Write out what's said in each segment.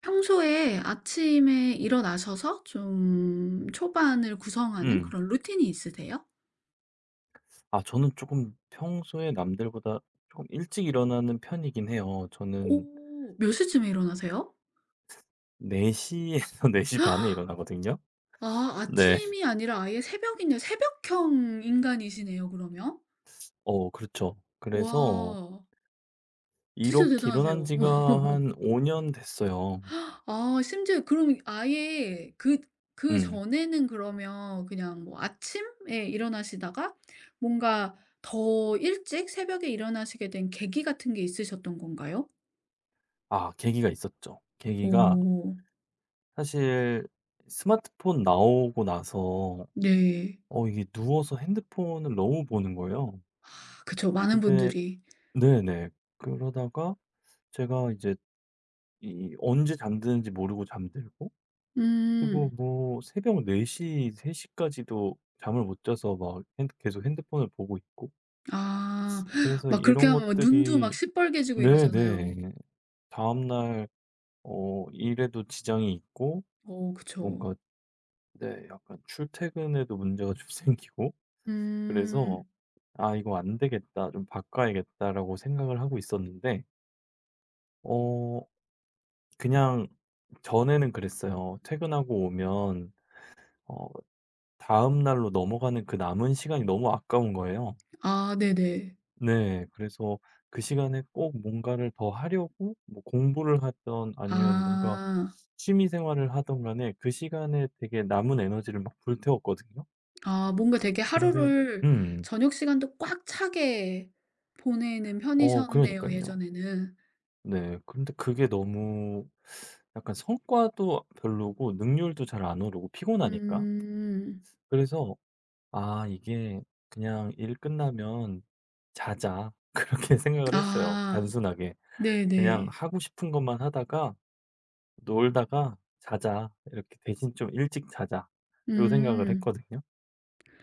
평소에 아침에 일어나셔서 좀 초반을 구성하는 음. 그런 루틴이 있으세요? 아 저는 조금 평소에 남들보다 조금 일찍 일어나는 편이긴 해요. 저는 오. 몇 시쯤에 일어나세요? 4시 에서 4 시반에 일어나거든요. 아, 네. 아침이 아니라 아예 새벽이네요. 새벽형 인간이시네요 그러면. 어 그렇죠. 그래서 와. 진짜 이렇게 일어난 대단하세요. 지가 한 5년 됐어요. 아, 심지어 그럼 아예 그 음. 그전에는 그러면 그냥 뭐 아침에 일어나시다가 뭔가 더 일찍 새벽에 일어나시게 된 계기 같은 게 있으셨던 건가요? 아 계기가 있었죠. 계기가 오. 사실 스마트폰 나오고 나서 네. 어 이게 누워서 핸드폰을 너무 보는 거예요. 그쵸. 많은 근데 분들이. 네네. 그러다가 제가 이제 이 언제 잠드는지 모르고 잠들고, 그리고 음. 뭐 새벽 4시세3까지도 잠을 못 자서 막 핸 계속 핸드폰을 보고 있고. 아. 그래서 막 그렇게 이런 하면 막 눈도 막 것들이 시뻘개지고 이러잖아요. 네네. 다음 날 어 일에도 지장이 있고 어 그쵸. 뭔가 네 약간 출퇴근에도 문제가 좀 생기고. 그래서 음. '아 이거 안 되겠다. 좀 바꿔야겠다.'라고 생각을 하고 있었는데 어 그냥 전에는 그랬어요. 퇴근하고 오면 어 다음 날로 넘어가는 그 남은 시간이 너무 아까운 거예요. 아 네네. 네. 그래서 그 시간에 꼭 뭔가를 더 하려고 뭐 공부를 하든 아니면 뭔가 아. 취미 생활을 하든 간에 그 시간에 되게 남은 에너지를 막 불태웠거든요. 아 뭔가 되게 근데 하루를 음. 저녁 시간도 꽉 차게 보내는 어 편이셨네요, 그러니깐요. 예전에는. 네. 근데 그게 너무 약간 성과도 별로고 능률도 잘 안 오르고 피곤하니까. 음. 그래서 아 이게 그냥 '일 끝나면 자자.' 그렇게 생각을 했어요 아. 단순하게. 그냥 네네. 하고 싶은 것만 하다가 '놀다가 자자. 이렇게 대신 좀 일찍 자자.' 요 생각을 음. 했거든요.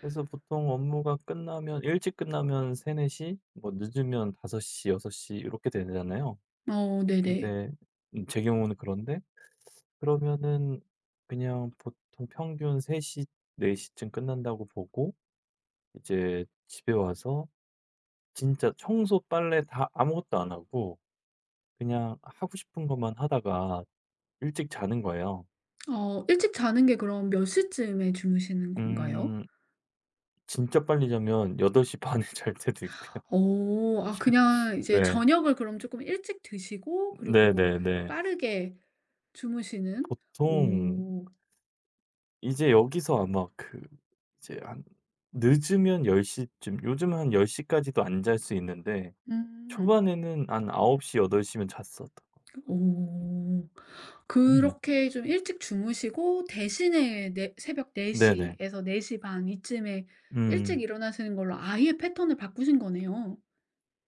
그래서 보통 업무가 끝나면 일찍 끝나면 3-4 시 뭐 늦으면 5 시, 6시이렇게 되잖아요. 어 네네. 근데 제 경우는 그런데 그러면은 그냥 보통 평균 3 시, 4 시쯤 끝난다고 보고 이제 집에 와서 진짜 청소, 빨래 다 아무것도 안 하고 그냥 하고 싶은 것만 하다가 일찍 자는 거예요. 어 일찍 자는 게 그럼 몇 시쯤에 주무시는 건가요? 음 진짜 빨리 자면 8시반에 잘 때도 있고요. 어. 아 그냥 이제 네. 저녁을 그럼 조금 일찍 드시고 그리고 네네네. 빠르게 주무시는? 보통 오. 이제 여기서 아마 그 이제 한 늦으면 1 0쯤요즘한1 0 까지도 안 잘 수 있는데, 음. 초반에는 한9홉 시, 8덟시면 잤었던 거. 오. 음. 그렇게 좀 일찍 주무시고 대신에 네 새벽 4 네네. 시에서 4시 반 이쯤에 일찍 음. 일어나시는 걸로 아예 패턴을 바꾸신 거네요.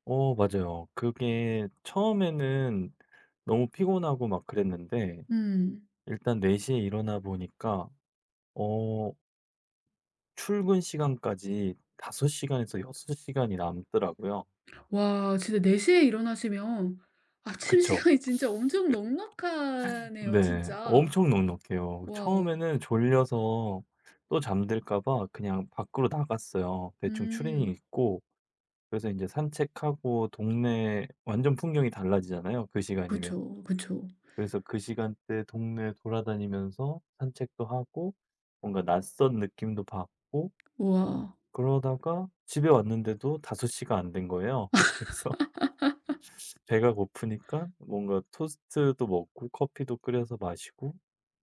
어 맞아요. 그게 처음에는 너무 피곤하고 막 그랬는데 음. 일단 4 시에 일어나 보니까 어 출근 시간까지 5 시간에서 6 시간이 남더라고요. 와 진짜 4시에 일어나시면 아침 그쵸. 시간이 진짜 엄청 넉넉하네요 네. 진짜. 엄청 넉넉해요. 와. 처음에는 졸려서 또 잠들까 봐 그냥 밖으로 나갔어요. 대충 추리닝 음. 입고 그래서 인제 산책하고. 동네 완전 풍경이 달라지잖아요, 그 시간이면. 그쵸, 그쵸. 그래서 그 시간대에 동네 돌아다니면서 산책도 하고, 뭔가 낯선 느낌도 받고 우와. 그러다가 집에 왔는데도 5 시가 안 된 거예요. 그래서 배가 고프니까 뭔가 토스트도 먹고 커피도 끓여서 마시고.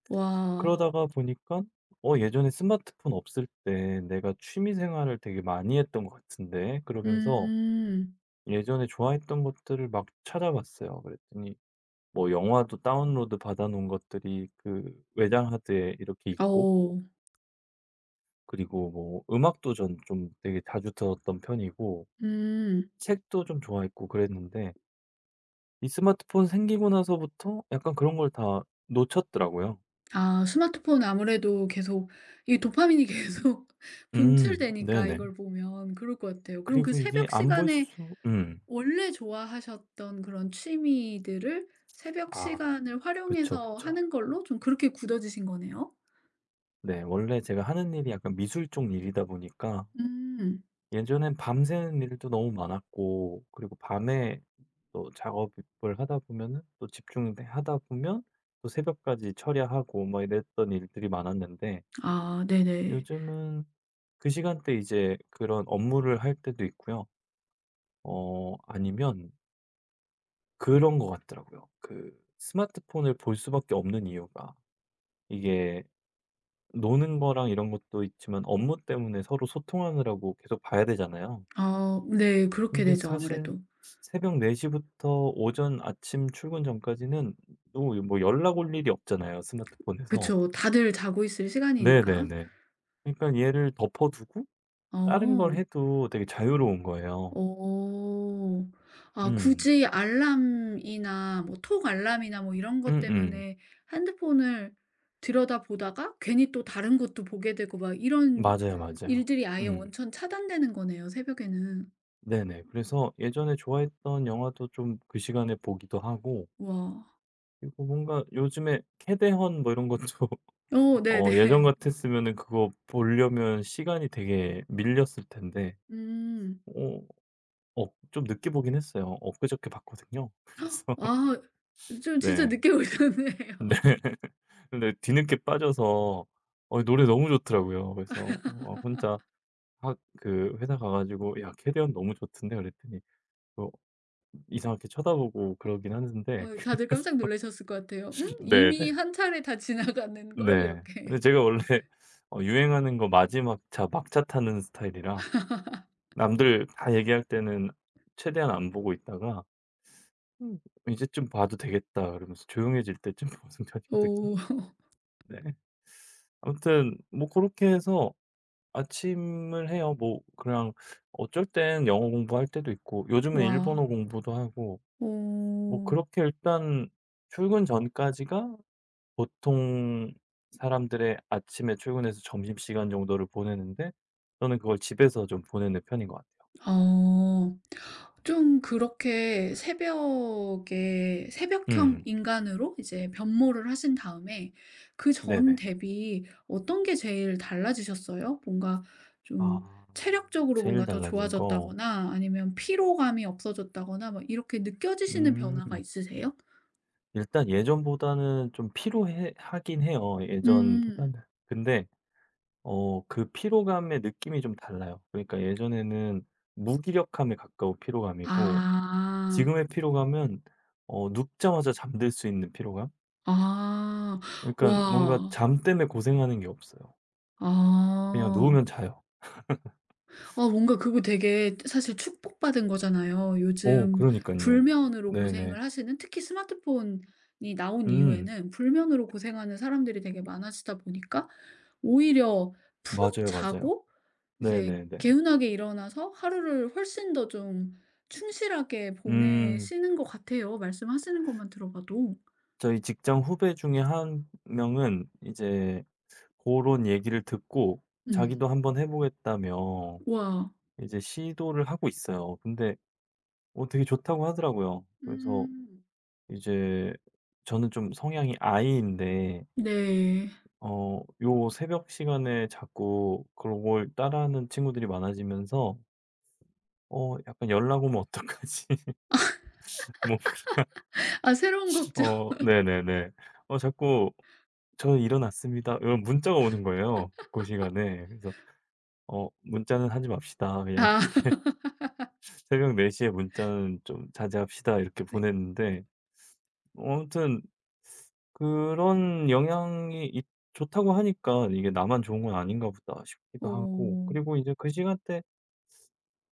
와. 그러다가 보니까 어 예전에 스마트폰 없을 때 내가 취미 생활을 되게 많이 했던 것 같은데 그러면서 음. 예전에 좋아했던 것들을 막 찾아봤어요. 그랬더니 뭐 영화도 다운로드 받아 놓은 것들이 그 외장 하드에 이렇게 있고, 오. 그리고 뭐 음악도 전 좀 되게 자주 들었던 편이고, 음. 책도 좀 좋아했고 그랬는데 이 스마트폰 생기고 나서부터 약간 그런 걸 다 놓쳤더라고요. 아 스마트폰 아무래도 계속 이 도파민이 계속 분출되니까 네네. 이걸 보면 그럴 것 같아요. 그럼 그 그리고 이게 새벽 안 볼 시간에 수 원래 좋아하셨던 그런 취미들을 새벽 아 시간을 그쵸, 활용해서 그쵸. 하는 걸로 좀 그렇게 굳어지신 거네요? 네. 원래 제가 하는 일이 약간 미술 쪽 일이다 보니까 음. 예전엔 밤새는 일도 너무 많았고, 그리고 밤에 또 작업을 하다 보면은 또 집중하다 보면 또 새벽까지 처리하고 막 이랬던 일들이 많았는데, 아 네네. 요즘은 그 시간대 이제 그런 업무를 할 때도 있고요. 어 아니면 그런 것 같더라고요. 그 스마트폰을 볼 수밖에 없는 이유가 이게 노는 거랑 이런 것도 있지만 업무 때문에 서로 소통하느라고 계속 봐야 되잖아요. 아 네, 그렇게 근데 되죠 사실 아무래도. 새벽 4 시부터 오전 아침 출근 전까지는 또 뭐 연락 올 일이 없잖아요, 스마트폰에서. 그쵸. 다들 자고 있을 시간이니까. 네네네. 그러니까 얘를 덮어 두고 다른 걸 어. 해도 되게 자유로운 거예요. 어. 아 음. 굳이 알람이나 뭐 톡 알람이나 뭐 이런 것 음음. 때문에 핸드폰을 들여다보다가 괜히 또 다른 것도 보게 되고 막 이런 맞아요, 맞아요. 일들이 아예 음. 원천 차단되는 거네요, 새벽에는. 네네. 그래서 예전에 좋아했던 영화도 좀 그 시간에 보기도 하고, 와. 그리고 뭔가 요즘에 캐대헌 뭐 이런 것도 어 네네. 어 예전 같았으면은 그거 보려면 시간이 되게 밀렸을 텐데 음. 어 좀 늦게 보긴 했어요. 엊그저께 봤거든요. 그래서 아 좀 진짜 네. 늦게 근데 오셨네요. 뒤늦게 빠져서 어 노래 너무 좋더라고요. 그래서 어 혼자 학 그 회사 가 가지고 "야 캐대헌 너무 좋던데." 그랬더니 뭐 이상하게 쳐다보고 그러긴 하는데. 어 다들 깜짝 놀라셨을 것 같아요. '음? 이미 네네. 한 차례 다 지나가는걸?' 네. 이렇게. 근데 제가 원래 어 유행하는 거 마지막 차 막차 타는 스타일이라 남들 다 얘기할 때는 최대한 안 보고 있다가 '음 이제 좀 봐도 되겠다.' 그러면서 조용해질 때쯤 보는 편이거든요. 오. 네. 아무튼 뭐 그렇게 해서 아침을 해요. 뭐 그냥 어쩔 땐 영어 공부할 때도 있고, 요즘은 일본어 와. 공부도 하고 뭐 오오... 그렇게. 일단 출근 전까지가 보통 사람들의 아침에 출근해서 점심시간 정도를 보내는데 저는 그걸 집에서 좀 보내는 편인 것 같아요. 어. 좀 그렇게 새벽에 새벽형 음. 인간으로 이제 변모를 하신 다음에 그 전 네네. 대비 어떤 게 제일 달라지셨어요? 뭔가 좀 아 체력적으로 제일 뭔가 더 달라진 거. 좋아졌다거나 아니면 피로감이 없어졌다거나 막 이렇게 느껴지시는 변화가 음. 있으세요? 일단 예전보다는 좀 피로해 하긴 해요, 음. 예전보다는. 근데 어 그 피로감의 느낌이 좀 달라요. 그러니까 예전에는 무기력함에 가까운 피로감이고, 아. 지금의 피로감은 어 눕자마자 잠들 수 있는 피로감? 아. 그러니까 뭔가 와. 잠 때문에 고생하는 게 없어요. 그냥 아. 누우면 자요. 아 뭔가 그거 되게 사실 축복받은 거잖아요. 오 요즘 그러니깐요. 불면으로 네네. 고생을 하시는, 특히 스마트폰이 나온 음. 이후에는 불면으로 고생하는 사람들이 되게 많아지다 보니까 오히려 푹 맞아요, 맞아요. 자고 이제 네네네. 개운하게 일어나서 하루를 훨씬 더 좀 충실하게 음. 보내시는 것 같아요, 말씀하시는 것만 들어봐도. 저희 직장 후배 중에 한 명은 이제 고런 얘기를 듣고 음. 자기도 한번 해 보겠다며 와. 이제 시도를 하고 있어요. 근데 어 되게 좋다고 하더라고요. 그래서 음. 이제 저는 좀 성향이 I인데 네. 어 요 새벽 시간에 자꾸 그런 걸 따라하는 친구들이 많아지면서 어 약간 연락 오면 어떡하지? 뭐 아 새로운 걱정. 어 네네네. 어 자꾸 "저 일어났습니다." 이런 문자가 오는 거예요, 그 시간에. 그래서 "어 문자는 하지 맙시다. 그냥 아 새벽 4 시에 문자는 좀 자제합시다." 이렇게 네. 보냈는데 어 아무튼 그런 영향이 있 좋다고 하니까 이게 '나만 좋은 건 아닌가 보다.' 싶기도 하고. 어. 그리고 이제 그 시간대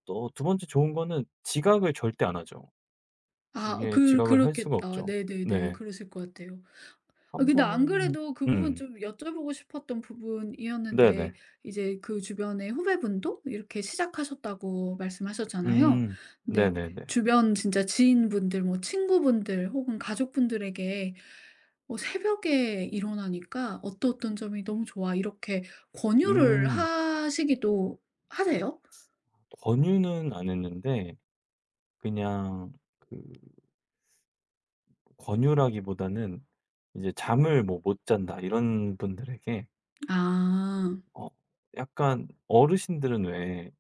또 두 번째 좋은 거는 지각을 절대 안 하죠. 아 이게 그 지각을 할 수가 그렇겠다. 없죠. 네네네. 네. 그러실 것 같아요. 아 한 근데 안 번은 그래도 그 부분 음. 좀 여쭤보고 싶었던 네네. 부분이었는데 이제 그 주변의 후배분도 이렇게 시작하셨다고 말씀하셨잖아요. 음. 근데 네네네. 주변 진짜 지인분들, 뭐 친구분들 혹은 가족분들에게 어 "새벽에 일어나니까 어떠 어떤 점이 너무 좋아." 이렇게 권유를 음. 하시기도 하세요? 권유는 안 했는데 그냥 그 권유라기보다는 이제 "잠을 뭐 못 잔다." 이런 분들에게 아 어 약간 어르신들은 왜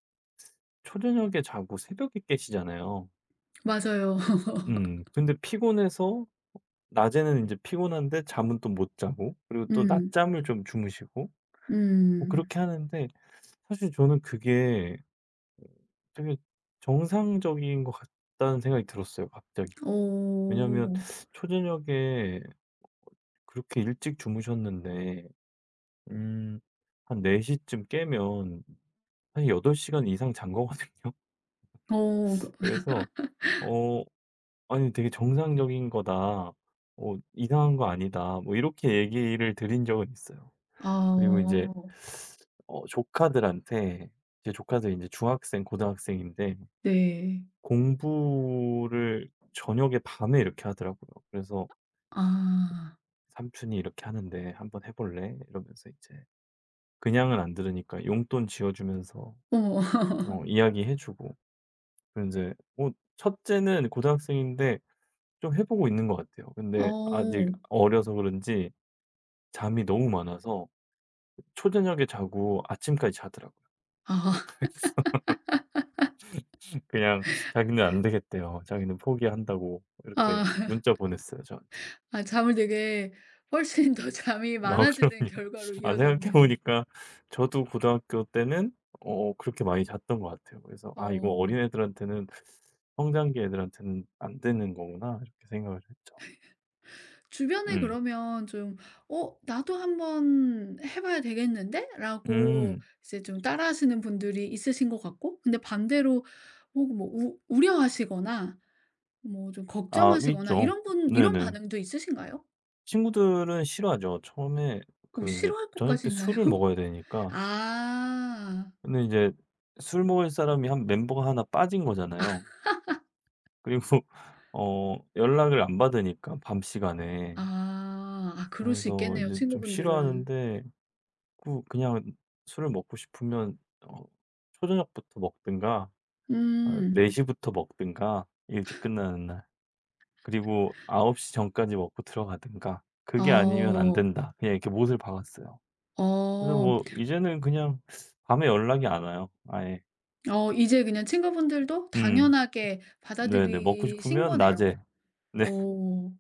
초저녁에 자고 새벽에 깨시잖아요. 맞아요. 음. 근데 피곤해서 낮에는 이제 피곤한데 잠은 또 못 자고, 그리고 또 음. 낮잠을 좀 주무시고 뭐 음. 그렇게 하는데 사실 저는 그게 어 되게 정상적인 것 같다는 생각이 들었어요 갑자기. 왜냐하면 어. 초저녁에 그렇게 일찍 주무셨는데 음 한 4 시쯤 깨면 한 8 시간 이상 잔 거거든요. 어 그 그래서 어 아니 "되게 정상적인 거다. 어 이상한 거 아니다." 뭐 이렇게 얘기를 드린 적은 있어요. 아 그리고 이제 어. 어 조카들한테. 제 조카들 이 제 중학생, 고등학생인데 네. 공부를 저녁에 밤에 이렇게 하더라고요. 그래서 아. "삼촌이 이렇게 하는데 한번 해 볼래?" 이러면서 이제 그냥은 안 들으니까 용돈 지어 주면서 어. 어 이야기해 주고. 그리고 제뭐 첫째는 고등학생인데 좀 해 보고 있는 것 같아요. 근데 아직 어. 어려서 그런지 잠이 너무 많아서 초저녁에 자고 아침까지 자더라고요. 아. 그냥 자기는 안 되겠대요. 자기는 포기한다고 이렇게 아. 문자 보냈어요, 저한테. 아 잠을 되게 훨씬 더 잠이 아 많아지는 그럼요. 결과로 아 생각해 이어졌네요. 보니까 저도 고등학교 때는 어 그렇게 많이 잤던 것 같아요. 그래서 '아 이거 어. 어린애들한테는 성장기 애들한테는 안 되는 거구나.' 이렇게 생각을 했죠. 주변에 음. 그러면 좀 '어 나도 한번 해 봐야 되겠는데?'라고 음. 이제 좀 따라 하시는 분들이 있으신 것 같고. 근데 반대로 어 뭐 우 우려하시거나 뭐 좀 아 걱정하시거나 있죠. 이런 분, 이런 네네. 반응도 있으신가요? 친구들은 싫어하죠. 처음에 오 그 이제 싫어할 저녁 것까지 때 있나요? 술을 먹어야 되니까. 아. 근데 이제 술 먹을 사람이 한 멤버가 하나 빠진 거잖아요. 그리고 어 연락을 안 받으니까 밤 시간에. 아. 아 그럴 수 그래서 이 있겠네요, 제 좀 친구분들은. 싫어하는데 꾸 그냥 술을 먹고 싶으면 어 초저녁부터 먹든가 한 음. 4 시부터 먹든가 일찍 끝나는 날. 그리고 9시 전까지 먹고 들어가든가. "그게 아니면 안 어. 된다." 그냥 이렇게 못을 박았어요. 그래서 어. 뭐 이제는 그냥 밤에 연락이 안 와요 아예. 어 이제 그냥 친구분들도 음. 당연하게 네네. 먹고 받아들이신 싶으면 거네요. 낮에. 네. 오,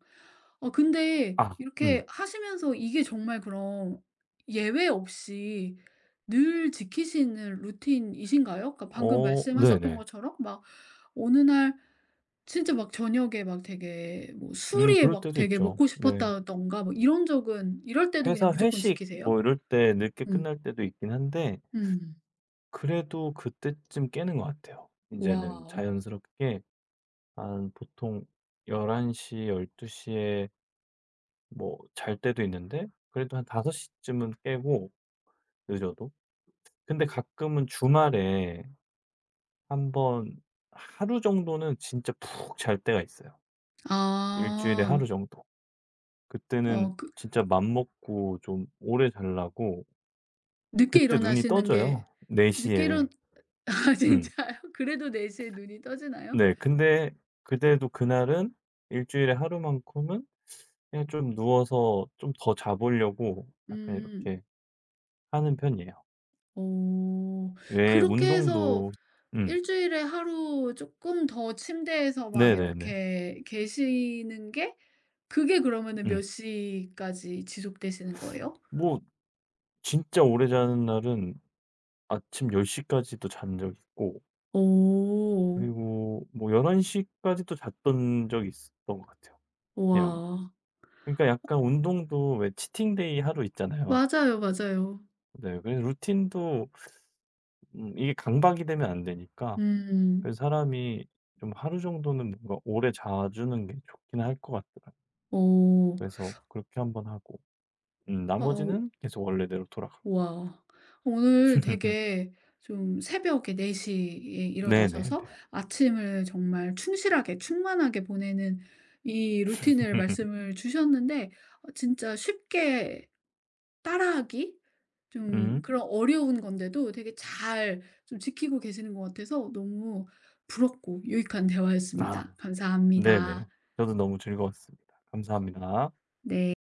어 근데 아 음. 이렇게 하시면서 이게 정말 그럼 예외 없이 늘 지키시는 루틴이신가요? 그러니까 방금 어 말씀하셨던 네네. 것처럼 막 어느 날 진짜 막 저녁에 막 되게 뭐 술이 그럴 막 때도 되게 있죠. 먹고 네. 싶었다든가 뭐 이런 적은, 이럴 때도 그냥 회사 무조건 회식 지키세요? 뭐 이럴 때 늦게 음. 끝날 때도 있긴 한데 음. 그래도 그때쯤 깨는 것 같아요. 인제는 와. 자연스럽게 한 보통 1 1시열1 2에뭐 잘 때도 있는데 그래도 한5섯시 쯤은 깨고, 늦어도. 근데 가끔은 주말에 한번 하루 정도는 진짜 푹 잘 때가 있어요. 일 주일에 아. 하루 정도. 그때는 어 그 진짜 맘먹고 좀 오래 자려고. 늦게 그때 눈이 일어나시는 게 떠져요 4시 늦게 일어 에. 아 음. 진짜요? 그래도 4시에 눈이 떠지나요? 네. 근데 그래도 그날은 일주일에 하루만큼은 그냥 좀 누워서 좀 더 자 보려고 약간 음. 이렇게 하는 편이에요. 어. 왜 그렇게 해서 운동도 음. 일 주일에 하루 쪼끔 더 침대에서 막 네네네. 이렇게 계시는 게, 그게 그러면은 음. 몇 시까지 지속되시는 거예요? 뭐 진짜 오래 자는 날은 아침 1 0 까지도 잔 적 있고, 오. 그리고 뭐 1 1시 까지도 잤던 적이 있었던 것 같아요. 그냥 와. 그러니까 약간 운동도 왜 치팅 데이 하루 있잖아요. 맞아요, 맞아요. 네. 그래서 루틴도 이게 강박이 되면 안 되니까. 음. 그래서 사람이 좀 하루 정도는 뭔가 오래 자주는 게 좋긴 할 것 같더라고요. 오 그래서 그렇게 한번 하고 어 어 나머지는 계속 원래대로 돌아가고. 와. 오늘 되게 좀 새벽에 4 시에 일어나셔서 네네네. 아침을 정말 충실하게 충만하게 보내는 이 루틴을 말씀을 주셨는데 어 진짜 쉽게 따라하기 좀 음. 그런 어려운 건데도 되게 잘 좀 지키고 계시는 것 같아서 너무 부럽고 유익한 아 대화였습니다. 네네. 감사합니다. 저도 너무 즐거웠습니다. 감사합니다. 네.